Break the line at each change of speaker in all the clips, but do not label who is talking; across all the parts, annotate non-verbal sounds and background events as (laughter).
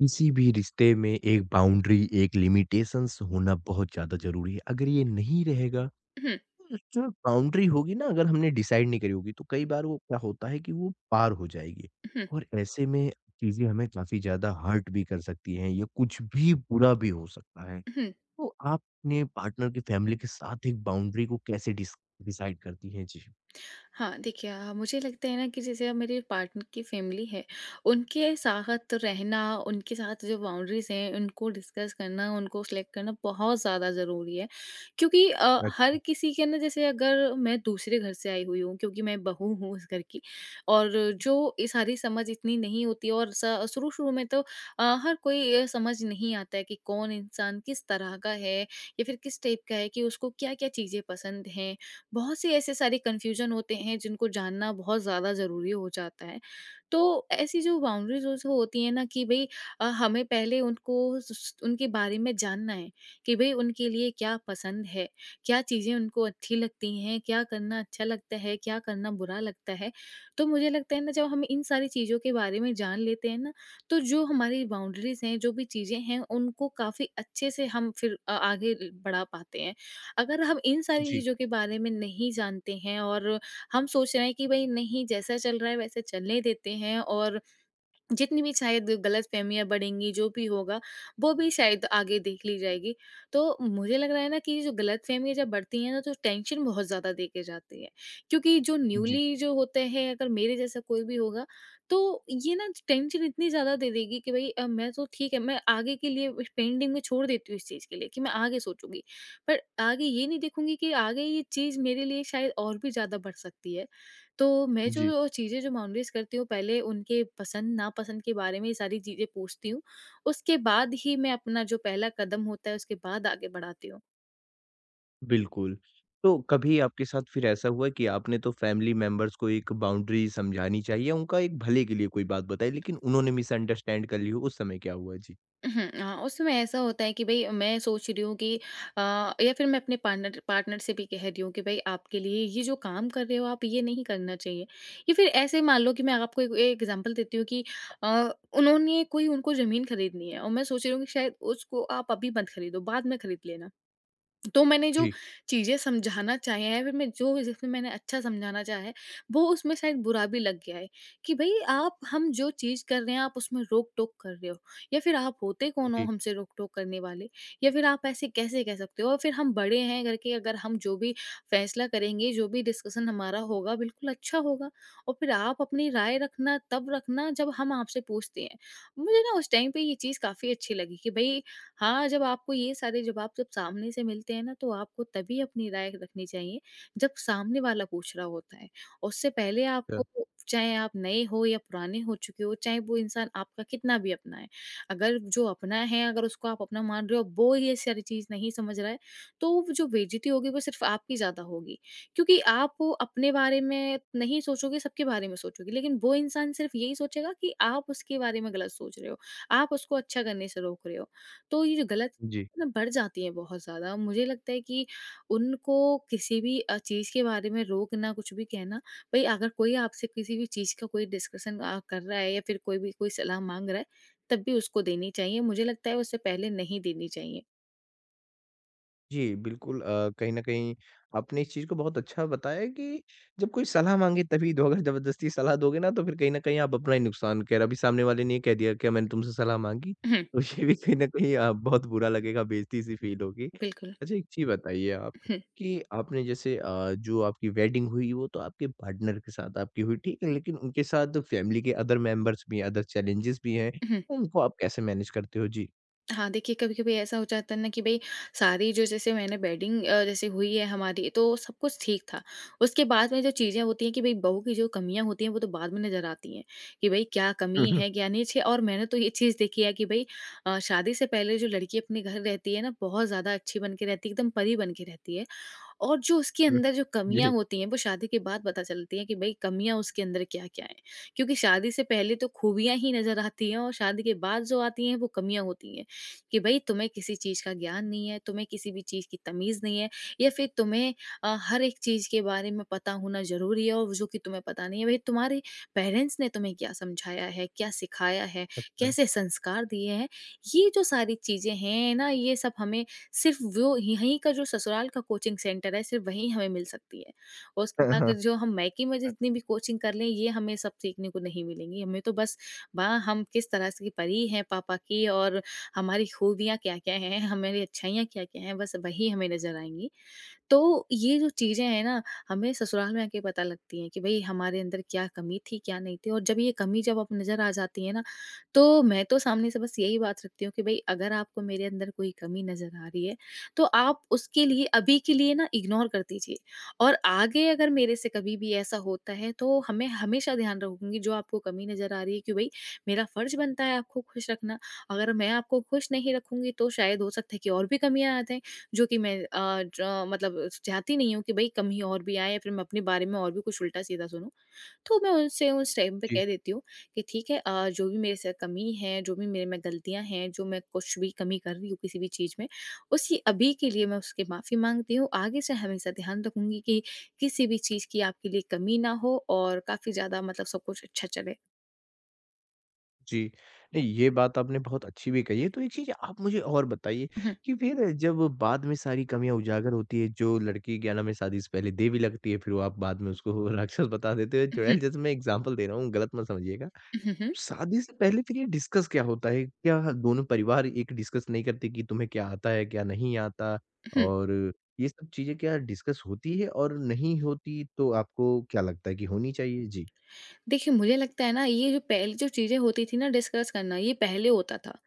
किसी भी रिश्ते में एक बाउंड्री, एक लिमिटेशंस होना बहुत ज़्यादा ज़रूरी है। अगर ये नहीं रहेगा,
हुँ,
तो जो बाउंड्री होगी ना अगर हमने डिसाइड नहीं करी होगी, तो कई बार वो क्या होता है कि वो पार हो जाएगी
हुँ,
और ऐसे में चीज़ें हमें काफ़ी ज़्यादा हर्ट भी कर सकती हैं या कुछ भी बुरा भी हो सकता है।
हुँ।
तो आप अपने पार्टनर की फैमिली के साथ एक बाउंड्री को कैसे डिसाइड करती हैं? जी।
हाँ, देखिए मुझे लगता है ना कि जैसे अब मेरे पार्टनर की फ़ैमिली है, उनके साथ रहना, उनके साथ जो बाउंड्रीज़ हैं, उनको डिस्कस करना, उनको सेलेक्ट करना बहुत ज़्यादा ज़रूरी है। क्योंकि
अ,
हर किसी के ना जैसे अगर मैं दूसरे घर से आई हुई हूँ, क्योंकि मैं बहू हूँ उस घर की और जो ये सारी समझ इतनी नहीं होती और स शुरू-शुरू में तो हर कोई ये समझ नहीं आता है कि कौन इंसान किस तरह का है या फिर किस टाइप का है कि उसको क्या-क्या चीज़ें पसंद हैं बहुत से ऐसे सारे कन्फ्यूजन होते हैं जिनको जानना बहुत ज़्यादा ज़रूरी हो जाता है। तो ऐसी जो बाउंड्रीज़ उस होती हैं ना कि भई हमें पहले उनको स उनके बारे में जानना है कि भई उनके लिए क्या पसंद है, क्या चीज़ें उनको अच्छी लगती हैं, क्या करना अच्छा लगता है, क्या करना बुरा लगता है। तो मुझे लगता है ना जब हम इन सारी चीज़ों के बारे में जान लेते हैं ना, तो जो हमारी बाउंड्रीज़ हैं, जो भी चीज़ें हैं उनको काफ़ी अच्छे से हम फिर आगे बढ़ा पाते हैं। अगर हम इन सारी
जी,
चीज़ों के बारे में नहीं जानते हैं और हम सोच रहे हैं कि भाई नहीं जैसा चल रहा है वैसे चलने देते हैं और जितनी भी शायद गलतफ़हमियाँ बढ़ेंगी, जो भी होगा, वो भी शायद आगे देख ली जाएगी। तो मुझे लग रहा है ना कि ये जो गलतफ़हमियाँ जब बढ़ती हैं ना, तो टेंशन बहुत ज़्यादा देके जाती है। क्योंकि जो
जी,
न्यूली जो होते हैं, अगर मेरे जैसा कोई भी होगा, तो ये ना टेंशन इतनी ज़्यादा दे देगी कि भई मैं तो ठीक है, मैं आगे के लिए पेंडिंग में छोड़ देती हूँ इस चीज़ के लिए कि मैं आगे सोचूँगी। पर आगे ये नहीं देखूँगी कि आगे ये चीज़ मेरे लिए शायद और भी ज़्यादा बढ़ सकती है। तो मैं
जी।
जो चीज़ें जो बाउंड्रीज़ करती हूँ पहले उनके पसंद नापसंद के बारे में ये सारी चीज़ें पूछती हूँ। उसके बाद ही मैं अपना जो पहला कदम होता है उसके बाद आगे बढ़ाती हूँ।
बिल्कुल। तो कभी आपके साथ फिर ऐसा हुआ कि आपने तो फैमिली मेंबर्स को एक बाउंड्री समझानी चाहिए, उनका एक भले के लिए कोई बात बताई, लेकिन उन्होंने मिसअंडरस्टैंड कर ली हो, उस समय क्या हुआ? जी।
उहुँ, हाँ, उसमें ऐसा होता है कि भई मैं सोच रही हूँ कि अ, या फिर मैं अपने पार्टनर पार्टनर से भी कह रही हूँ कि भई आपके लिए ये जो काम कर रहे हो आप ये नहीं करना चाहिए। या फिर ऐसे मान लो कि मैं आपको एक एग्ज़ाम्पल देती हूँ कि अ, उन्होंने कोई उनको ज़मीन खरीदनी है और मैं सोच रही हूँ कि शायद उसको आप अभी मत खरीदो बाद में खरीद लेना। तो मैंने जो
जी,
चीज़ें समझाना चाहे हैं, फिर मैं जो जिसमें मैंने अच्छा समझाना चाहा है, वो उसमें शायद बुरा भी लग गया है, कि भई आप हम जो चीज़ कर रहे हैं, आप उसमें रोक-टोक कर रहे हो या फिर आप होते कौन हो
जी,
हमसे रोक-टोक करने वाले? या फिर आप ऐसे कैसे कह सकते हो? और फिर हम बड़े हैं करके अगर हम जो भी फैसला करेंगे, जो भी डिस्कशन हमारा होगा, बिल्कुल अच्छा होगा और फिर आप अपनी राय रखना, तब रखना जब हम आपसे पूछते हैं। मुझे ना उस टाइम पे ये चीज़ काफ़ी अच्छी लगी कि भई हाँ, जब आपको ये सारे जवाब जब सामने से मिलते हैं ना, तो आपको तभी अपनी राय रखनी चाहिए, जब सामने वाला पूछ रहा होता है। उससे पहले
अ,
आपको चाहे आप नए हो या पुराने हो चुके हो, चाहे वो इंसान आपका कितना भी अपना है, अगर जो अपना है, अगर उसको आप अपना मान रहे हो, वो ये सारी चीज़ नहीं समझ रहा है, तो वो जो बेइज़्ज़ती होगी, वो सिर्फ़ आपकी ज़्यादा होगी। क्योंकि आप वो अपने बारे में नहीं सोचोगे, सबके बारे में सोचोगे, लेकिन वो इंसान सिर्फ़ यही सोचेगा कि आप उसके बारे में गलत सोच रहे हो, आप उसको अच्छा करने से रोक रहे हो। तो ये जो गलत
जी।
ना बढ़ जाती हैं बहुत ज़्यादा। मुझे लगता है कि उनको किसी भी चीज़ के बारे में रोकना, कुछ भी कहना भई अगर कोई आपसे किसी भी चीज़ का कोई डिस्कशन कर रहा है या फिर कोई भी कोई सलाह माँग रहा है, तब भी उसको देनी चाहिए। मुझे लगता है उससे पहले नहीं देनी चाहिए।
जी, बिल्कुल, कहीं न कहीं आपने इस चीज़ को बहुत अच्छा बताया कि जब कोई सलाह माँगे तभी दो, अगर ज़बरदस्ती सलाह दोगे ना तो फिर कहीं न कहीं आप अपना ही नुकसान कह रहे हो। अभी सामने वाले ने ये कह दिया क्या मैंने तुमसे सलाह माँगी, तो
(clears throat)
ये भी कहीं न कहीं बहुत बुरा लगेगा, बेइज़्ती सी फ़ील होगी।
बिल्कुल।
अच्छा एक चीज़ बताइए आप
(clears throat)
कि आपने जैसे जो आपकी वेडिंग हुई वो तो आपके पार्टनर के साथ आपकी हुई, ठीक है? लेकिन उनके साथ फैमिली के अदर मेंबर्स भी हैं, अदर चैलेंजेस भी हैं, तो उनको आप कैसे मैनेज करते हो? जी।
हाँ, देखिए कभी-कभी ऐसा हो जाता है ना कि भई सारी जो जैसे मैंने बेडिंग जैसे हुई है हमारी तो सब कुछ ठीक था। उसके बाद में जो चीज़ें होती हैं कि भई बहू की जो कमियाँ होती हैं वो तो बाद में नज़र आती हैं, कि भई क्या कमी
(laughs) हुँ, हुँ,
है क्या नहीं छ और मैंने तो ये चीज़ देखी है कि भई शादी से पहले जो लड़की अपने घर रहती है ना बहुत ज़्यादा अच्छी बन के रहती है, एकदम परी बन के रहती है। और जो उसके
हुँ।
अंदर जो कमियाँ
जी,
होती हैं वो शादी के बाद पता चलती हैं कि भई कमियाँ उसके अंदर क्या-क्या हैं। क्योंकि शादी से पहले तो खूबियाँ ही नज़र आती हैं और शादी के बाद जो आती हैं वो कमियाँ होती हैं, कि भई तुम्हें किसी चीज़ का ज्ञान नहीं है, तुम्हें किसी भी चीज़ की तमीज़ नहीं है या फिर तुम्हें हर एक चीज़ के बारे में पता होना ज़रूरी है और जो कि तुम्हें पता नहीं है। भई तुम्हारे पेरेंट्स ने तुम्हें क्या समझाया है, क्या सिखाया है,
अच्छा।
कैसे संस्कार दिए हैं, ये जो सारी चीज़ें हैं ना, ये सब हमें सिर्फ़ वो यहीं का जो ससुराल का कोचिंग सेंटर है, सिर्फ़ वहीं हमें मिल सकती है। और उसके
(laughs) हाँ,
बाद जो हम मायके में
हाँ।
जितनी भी कोचिंग कर लें, ये हमें सब सीखने को नहीं मिलेंगी। हमें तो बस माँ हम किस तरह से की परी हैं पापा की और हमारी खूबियाँ क्या-क्या हैं, हमारी अच्छाइयाँ क्या-क्या हैं, बस वही हमें नज़र आएँगी। तो ये जो चीज़ें हैं ना, हमें ससुराल में आके पता लगती हैं कि भई हमारे अंदर क्या कमी थी, क्या नहीं थी और जब ये कमी जब अब नज़र आ जाती है ना, तो मैं तो सामने से बस यही बात रखती हूँ कि भई अगर आपको मेरे अंदर कोई कमी नज़र आ रही है, तो आप उसके लिए अभी के लिए ना इग्नोर कर दीजिए और आगे अगर मेरे से कभी भी ऐसा होता है, तो हमें हमेशा ध्यान रखूँगी जो आपको कमी नज़र आ रही है कि भई मेरा फ़र्ज़ बनता है आपको खुश रखना। अगर मैं आपको खुश नहीं रखूँगी, तो शायद हो सकता है कि और भी कमियाँ आ जाएँ। जो कि मैं अ, ज मतलब चाहती नहीं हूँ कि भई कहीं और भी आए या फिर मैं अपने बारे में और भी कुछ उल्टा-सीधा सुनूँ। तो मैं उनसे उस टाइम पे
जी,
कह देती हूँ कि ठीक है जो भी मेरे से कमी है, जो भी मेरे में गलतियाँ हैं, जो मैं कुछ भी कमी कर रही हूँ किसी भी चीज़ में, उसी अभी के लिए मैं उसकी माफ़ी माँगती हूँ। आगे से हमेशा ध्यान रखूँगी कि किसी भी चीज़ की आपके लिए कमी ना हो और काफ़ी ज़्यादा मतलब सब कुछ अच्छा चले।
जी। नहीं, ये बात आपने बहुत अच्छी भी कही है, तो एक चीज़ आप मुझे और बताइए
हुँ,
कि फिर जब बाद में सारी कमियाँ उजागर होती है, जो लड़की क्या नाम है शादी से पहले देवी लगती है, फिर वो आप बाद में उसको (laughs) राक्षस बता देते हो।
हुँ,
चुड़ैल जैसे मैं एग्ज़ाम्पल दे रहा हूँ, गलत मत समझिएगा।
हुँ, हुँ,
शादी से पहले फिर ये डिस्कस क्या होता है? क्या दोनों परिवार एक डिस्कस नहीं करते कि तुम्हें क्या आता है, क्या नहीं आता?
हुँ।
और ये सब चीज़ें क्या डिस्कस होती है और नहीं होती तो आपको क्या लगता है कि होनी चाहिए? जी।
देखिए, मुझे लगता है ना ये जो पहले जो चीज़ें होती थी ना डिस्कस करना, ये पहले होता था।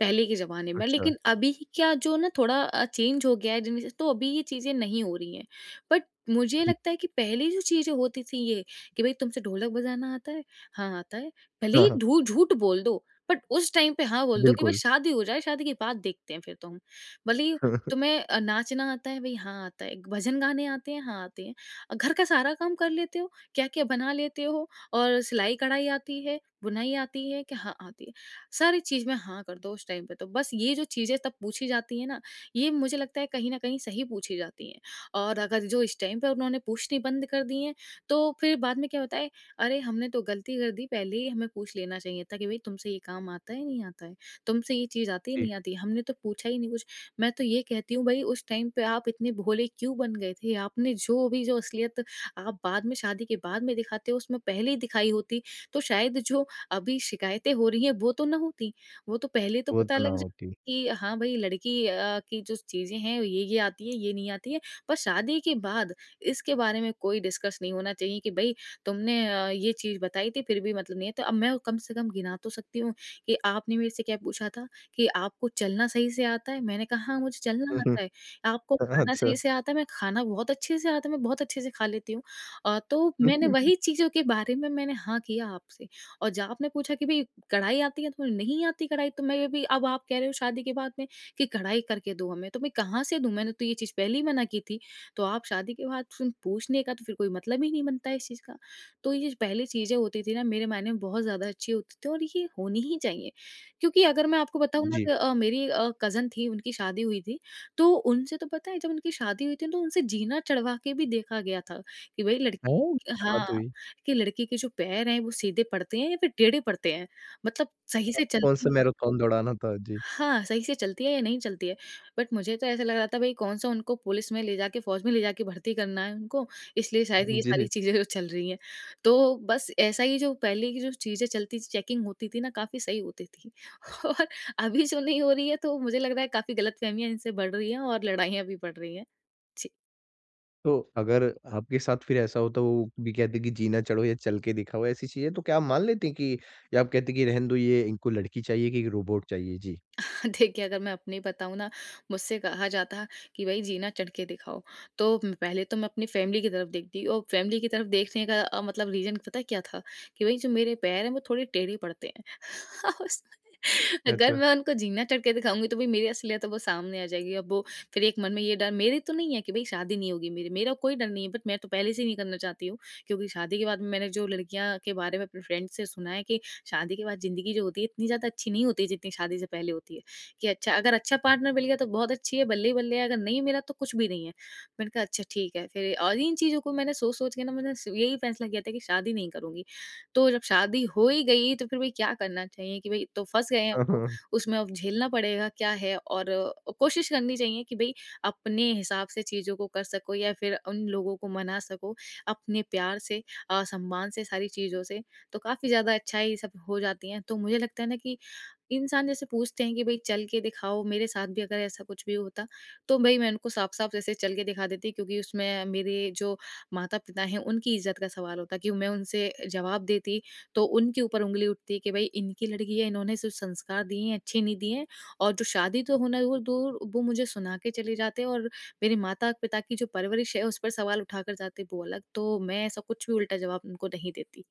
पहले के ज़माने में,
अच्छा।
लेकिन अभी क्या जो ना थोड़ा चेंज हो गया है जनरेशन तो अभी ये चीज़ें नहीं हो रही हैं। बट मुझे
जी।
लगता है कि पहले जो चीज़ें होती थी ये कि भई तुमसे ढोलक बजाना आता है? हाँ, आता है। भले
हाँ,
ही
हाँ।
ढू झूठ बोल दो, बट उस टाइम पे हाँ बोल दो कि बस
बिल्कुल।
शादी हो जाए, शादी के बाद देखते हैं फिर तो हम। भले ही
(laughs)
तुम्हें नाचना आता है? भई हाँ, आता है। भजन गाने आते हैं? हाँ, आते हैं। घर का सारा काम कर लेते हो? क्या-क्या बना लेते हो? और सिलाई-कढ़ाई आती है? बुनाई आती है? कि हाँ, आती है। सारी चीज़ में हाँ कर दो उस टाइम पे। तो बस ये जो चीज़ें तब पूछी जाती हैं ना, ये मुझे लगता है कहीं न कहीं सही पूछी जाती हैं। और अगर जो इस टाइम पे उन्होंने पूछनी बंद कर दी हैं, तो फिर बाद में क्या होता है, अरे! हमने तो गलती कर दी, पहले ही हमें पूछ लेना चाहिए था कि भई तुमसे ये काम आता है, नहीं आता है? तुमसे ये चीज़ आती है,
जी।
नहीं आती? है, हमने तो पूछा ही नहीं कुछ। मैं तो ये कहती हूँ भई उस टाइम पे आप इतने भोले क्यों बन गए थे? आपने जो असलियत आप बाद में शादी के बाद में दिखाते हो, उसमें पहले ही दिखाई होती, तो शायद जो अभी शिकायतें हो रही हैं वो तो ना होती, वो तो पहले तो
वो
पता
तो ना
लग जाता
होती।
कि हाँ भाई लड़की की जो चीज़ें हैं ये आती है, ये नहीं आती है। पर शादी के बाद इसके बारे में कोई डिस्कस नहीं होना चाहिए कि भई तुमने ये चीज़ बताई थी फिर भी मतलब नहीं है। तो अब मैं कम से कम गिना तो सकती हूँ कि आपने मेरे से क्या पूछा था कि आपको चलना सही से आता है? मैंने कहा हाँ, मुझे चलना
(laughs)
आता है। आपको खाना
अच्छा।
सही से आता है? मैं खाना बहुत अच्छे से आता है, मैं बहुत अच्छे से खा लेती हूँ। तो मैंने वही
(laughs)
चीज़ों के बारे में मैंने हाँ किया आपसे। और जहाँ आपने पूछा कि भई कढ़ाई आती है? तो नहीं आती कढ़ाई तो मैं भी अब आप कह रहे हो शादी के बाद में कि कढ़ाई करके दो हमें, तो मैं कहाँ से दूँ? मैंने तो ये चीज़ पहले ही मना की थी। तो आप शादी के बाद फिर पूछने का तो फिर कोई मतलब ही नहीं बनता है इस चीज़ का। तो ये पहले चीज़ें होती थी ना मेरे मायने में बहुत ज़्यादा अच्छी होती थी और ये होनी ही चाहिए। क्योंकि अगर मैं आपको बताऊँ ना
जी।
कि, मेरी कज़न थी, उनकी शादी हुई थी, तो उनसे तो पता है, जब उनकी शादी हुई थी तो उनसे जीना चढ़वा के भी देखा गया था कि भई लड़की।
ओह! ये क्या
हाँ।
बात हुई?
कि लड़की के जो पैर हैं वो सीधे पड़ते हैं या फिर टेढ़े पड़ते हैं? मतलब सही से चलती
कौन-सा
है।
मैराथन दौड़ाना था? जी।
हाँ, सही से चलती है या नहीं चलती है? बट मुझे तो ऐसा लग रहा था, भई कौन-सा उनको पुलिस में ले जाके फ़ौज में ले जाके भर्ती करना है उनको, इसलिए शायद ये
जी।
सारी चीज़ें जो चल रही हैं। तो बस ऐसा ही, जो पहले की जो चीज़ें चलती थी, चेकिंग होती थी ना, काफ़ी सही होती थी। (laughs) और अभी जो नहीं हो रही है, तो मुझे लग रहा है काफ़ी गलतफ़हमियाँ इनसे बढ़ रही हैं और लड़ाइयाँ भी बढ़ रही हैं। जी।
तो अगर आपके साथ फिर ऐसा होता वो भी कहते कि जी ना चढ़ो या चल के दिखाओ ऐसी चीज़ें तो क्या आप मान लेते हैं कि या आप कहते कि रहने दो ये इनको लड़की चाहिए कि रोबोट चाहिए? जी।
(laughs) देखिए, अगर मैं अपनी बताऊँ ना, मुझसे कहा जाता कि भई जीना चढ़ के दिखाओ, तो म पहले तो मैं अपनी फैमिली की तरफ देखती और फैमिली की तरफ देखने का मतलब रीज़न पता है क्या था? कि भई जो मेरे पैर हैं वो थोड़े टेढ़े पड़ते हैं। (laughs) उस अगर
अच्छा।
मैं उनको जीना चढ़ के दिखाऊँगी, तो भई मेरी असलियत तो वो सामने आ जाएगी। अब वो फिर एक मन में ये डर मेरे तो नहीं है कि भई शादी नहीं होगी मेरी, मेरा कोई डर नहीं है, बट मैं तो पहले से ही नहीं करना चाहती हूँ। क्योंकि शादी के बाद मैंने जो लड़कियाँ के बारे में अपने फ्रेंड से सुना है कि शादी के बाद ज़िंदगी जो होती है इतनी ज़्यादा अच्छी नहीं होती जितनी शादी से पहले होती है। कि अच्छा, अगर अच्छा पार्टनर मिल गया तो बहुत अच्छी है, बल्ले ही बल्ले है, अगर नहीं मिला तो कुछ भी नहीं है। मैंने कहा अच्छा ठीक है फिर, और इन चीज़ों को मैंने सोच-सोच के ना, मैंने स यही फैसला किया था कि शादी नहीं करूँगी। तो जब शादी हो ही गई, तो फिर भई क्या करना चाहिए कि भई तो फँस गए हैं अब तो,
(laughs)
उसमें अब झेलना पड़ेगा क्या है। और कोशिश करनी चाहिए कि भई अपने हिसाब से चीज़ों को कर सको या फिर उन लोगों को मना सको अपने प्यार से, सम्मान से, सारी चीज़ों से, तो काफ़ी ज़्यादा अच्छाई सब हो जाती हैं। तो मुझे लगता है ना कि इंसान जैसे पूछते हैं कि भई चल के दिखाओ, मेरे साथ भी अगर ऐसा कुछ भी होता, तो भई मैं उनको साफ-साफ जैसे चल के दिखा देती, क्योंकि उसमें मेरे जो माता-पिता हैं, उनकी इज़्ज़त का सवाल होता कि मैं उनसे जवाब देती, तो उनके ऊपर उँगली उठती कि भई इनकी लड़की है, इन्होंने सिर्फ़ संस्कार दिए हैं, अच्छे नहीं दिए हैं। और जो शादी तो होना वो दूर, वो मुझे सुना के चले जाते हैं और मेरे माता-पिता की जो परवरिश है, उस पर सवाल उठा कर जाते हैं, वो अलग। तो मैं ऐसा कुछ भी उल्टा जवाब उनको नहीं देती।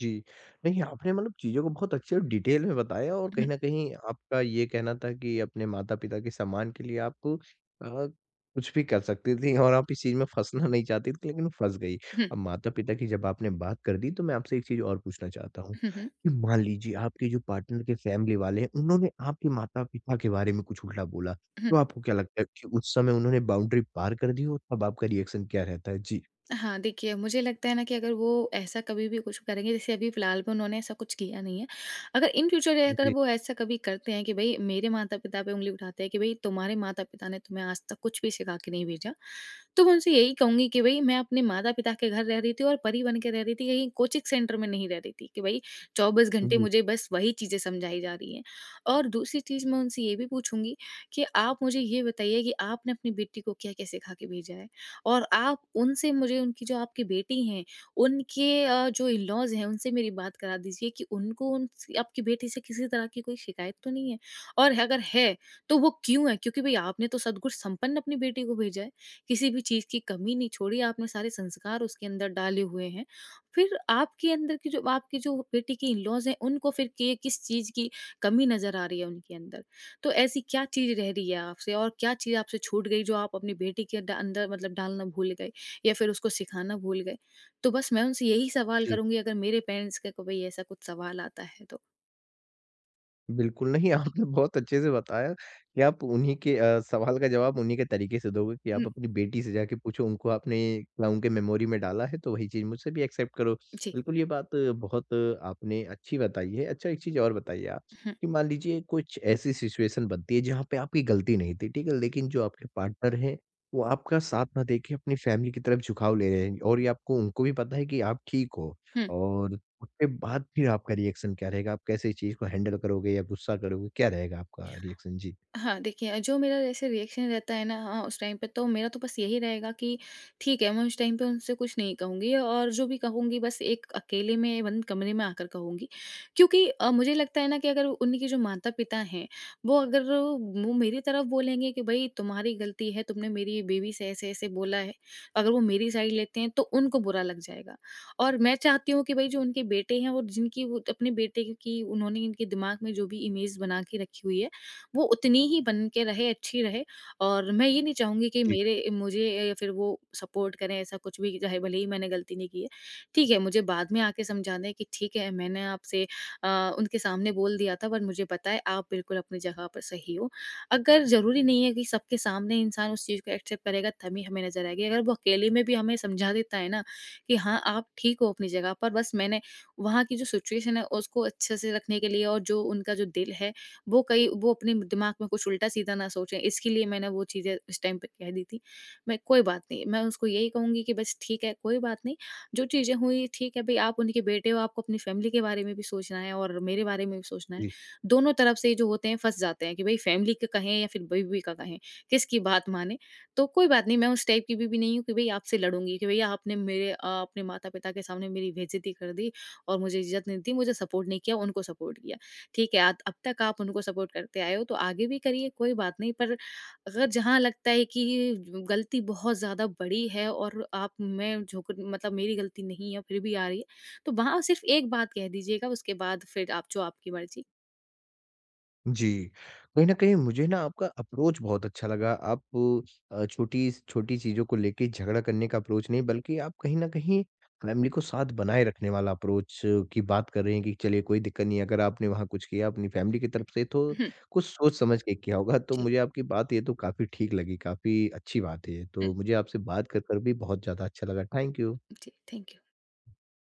जी। नहीं, आपने मतलब चीज़ों को बहुत अच्छे और डिटेल में बताया और कहीं न
(laughs)
कहीं आपका ये कहना था कि अपने माता-पिता के सम्मान के लिए आप अ, कुछ भी कर सकती थी और आप इस चीज़ में फँसना नहीं चाहती थी लेकिन फँस गई।
हुँ, हुँ,
अब माता-पिता की जब आपने बात कर दी तो मैं आपसे एक चीज़ और पूछना चाहता हूँ,
हुँ,
कि मान लीजिए आपके जो पार्टनर के फैमिली वाले हैं उन्होंने आपके माता-पिता के बारे में कुछ उल्टा बोला,
हुँ।
तो आपको क्या लगता है कि उस समय उन्होंने बाउंड्री पार कर दी हो? तब आपका रिएक्शन क्या रहता है? जी।
हाँ, देखिए, मुझे लगता है ना कि अगर वो ऐसा कभी भी कुछ करेंगे, जैसे अभी फ़िलहाल में उन्होंने ऐसा कुछ किया नहीं है। अगर इन फ्यूचर अगर
जी,
वो ऐसा कभी करते हैं कि भई मेरे माता-पिता पे उँगली उठाते हैं कि भई तुम्हारे माता-पिता ने तुम्हें आज तक कुछ भी सिखा के नहीं भेजा। तो मैं उनसे यही कहूँगी कि भई मैं अपने माता-पिता के घर रह रही थी और परी बन के रह रही थी, कहीं कोचिंग सेंटर में नहीं रह रही थी कि भई 24 घंटे
जी,
मुझे बस वही चीज़ें समझाई जा रही हैं। और दूसरी चीज़ मैं उनसे ये भी पूछूँगी कि आप मुझे ये बताइए कि आपने अपनी बेटी को क्या-क्या सिखा के भेजा है? और आप उनसे, मुझे उनकी जो आपकी बेटी हैं, उनके जो इन-लॉज़ हैं, उनसे मेरी बात करा दीजिए कि उनको, उनसे आपकी बेटी से किसी तरह की कोई शिकायत तो नहीं है? और अगर है, तो वो क्यों है? क्योंकि भई आपने तो सद्गुण संपन्न अपनी बेटी को भेजा है, किसी भी चीज़ की कमी नहीं छोड़ी, आपने सारे संस्कार उसके अंदर डाले हुए हैं। फिर आपके अंदर की जो आपकी जो बेटी की इन-लॉज़ हैं, उनको फिर के किस चीज़ की कमी नज़र आ रही है उनके अंदर? तो ऐसी क्या चीज़ रह रही है आपसे और क्या चीज़ आपसे छूट गई जो आप अपनी बेटी के ड अंदर मतलब डालना भूल गए या फिर उसको सिखाना भूल गए? तो बस मैं उनसे यही सवाल
जी।
करूँगी, अगर मेरे पेरेंट्स का कोई ऐसा कुछ सवाल आता है तो।
बिल्कुल नहीं, आपने बहुत अच्छे से बताया कि आप उन्हीं के सवाल का जवाब उन्हीं के तरीके से दोगे कि आप
हुँ,
अपनी बेटी से जाके पूछो उनको आपने क्या उनके मेमोरी में डाला है तो वही चीज़ मुझसे भी एक्सेप्ट करो।
जी।
बिल्कुल ये बात बहुत आपने अच्छी बताई है। अच्छा एक चीज़ और बताइए आप
हुँ,
कि मान लीजिए कुछ ऐसी सिचुएशन बनती है जहाँ पे आपकी गलती नहीं थी, ठीक है? लेकिन जो आपके पार्टनर हैं वो आपका साथ ना देके अपनी फैमिली की तरफ झुकाव ले रहे हैं और ये आपको उनको भी पता है कि आप ठीक हो
हुँ।
और उसके बाद फिर आपका रिएक्शन क्या रहेगा? आप कैसे इस चीज़ को हैंडल करोगे या गुस्सा करोगे? क्या रहेगा आपका रिएक्शन? जी।
हाँ, देखिए, जो मेरा जैसे रिएक्शन रहता है ना, हाँ, उस टाइम पे तो मेरा तो बस यही रहेगा कि ठीक है, मैं उस टाइम पे उनसे कुछ नहीं कहूँगी और जो भी कहूँगी बस एक अकेले में बंद कमरे में आकर कहूँगी। क्योंकि मुझे लगता है ना कि अगर उनके जो माता-पिता हैं, वो अगर वो मेरी तरफ बोलेंगे कि भई तुम्हारी गलती है, तुमने मेरी बेबी से ऐसे-ऐसे बोला है। अगर वो मेरी साइड लेते हैं तो उनको बुरा लग जाएगा। और मैं चाहती हूँ कि भई जो उनके बेटे हैं और जिनकी वो अपने बेटे की, उन्होंने इनके दिमाग में जो भी इमेज बना के रखी हुई है, वो उतनी ही बन के रहे, अच्छी रहे, और मैं ये नहीं चाहूँगी कि
जी,
मेरे, मुझे या फिर वो सपोर्ट करें ऐसा कुछ भी, चाहे भले ही मैंने गलती नहीं की है। ठीक है, मुझे बाद में आके समझा दें कि ठीक है, मैंने आपसे उनके सामने बोल दिया था, पर मुझे पता है आप बिल्कुल अपनी जगह पर सही हो। अगर ज़रूरी नहीं है कि सबके सामने इंसान उस चीज़ को एक्सेप्ट करेगा तभी हमें नज़र आएगी। अगर वो अकेले में भी हमें समझा देता है ना कि हाँ, आप ठीक हो अपनी जगह पर, बस मैंने वहाँ की जो सिचुएशन है उसको अच्छे से रखने के लिए और जो उनका जो दिल है वो, कई वो अपने दिमाग में कुछ उल्टा-सीधा ना सोचें, इसके लिए मैंने वो चीज़ें उस टाइम पे कह दी थी। मैं कोई बात नहीं, मैं उसको यही कहूँगी कि बस ठीक है, कोई बात नहीं, जो चीज़ें हुई ठीक है, भई आप उनके बेटे हो, आपको अपनी फैमिली के बारे में भी सोचना है और मेरे बारे में भी सोचना है।
जी।
दोनों तरफ से जो होते हैं फँस जाते हैं कि भई फैमिली का कहें या फिर बीवी का कहें, किसकी बात मानें। तो कोई बात नहीं, मैं उस टाइप की बीवी नहीं हूँ कि भई आपसे लड़ूँगी कि भैया आपने मेरे, अपने माता-पिता के सामने मेरी बेइज़्ज़ती कर दी और मुझे इज़्ज़त नहीं दी, मुझे सपोर्ट नहीं किया, उनको सपोर्ट किया। ठीक है, आत अब तक आप उनको सपोर्ट करते आए हो तो आगे भी करिए, कोई बात नहीं, पर अगर जहाँ लगता है कि गलती बहुत ज़्यादा बड़ी है और आप, मैं झोंक मतलब मेरी गलती नहीं है फिर भी आ रही है, तो वहाँ सिर्फ़ एक बात कह दीजिएगा, उसके बाद फिर आप जो आपकी मर्ज़ी।
जी। कहीं न कहीं मुझे ना आपका अप्रोच बहुत अच्छा लगा। आप छोटी छोटी चीज़ों को लेके झगड़ा करने का अप्रोच नहीं बल्कि आप कहीं न कहीं फैमिली को साथ बनाए रखने वाला अप्रोच की बात कर रहे हैं कि चलिए कोई दिक्कत नहीं है। अगर आपने वहाँ कुछ किया अपनी फैमिली की तरफ से तो
हुँ,
कुछ सोच समझ के किया होगा। तो
जी,
मुझे आपकी बात ये तो काफ़ी ठीक लगी, काफ़ी अच्छी बात है ये।
हुँ,
तो मुझे आपसे बात कर कर भी बहुत ज़्यादा अच्छा लगा। Thank you.
जी, थैंक यू।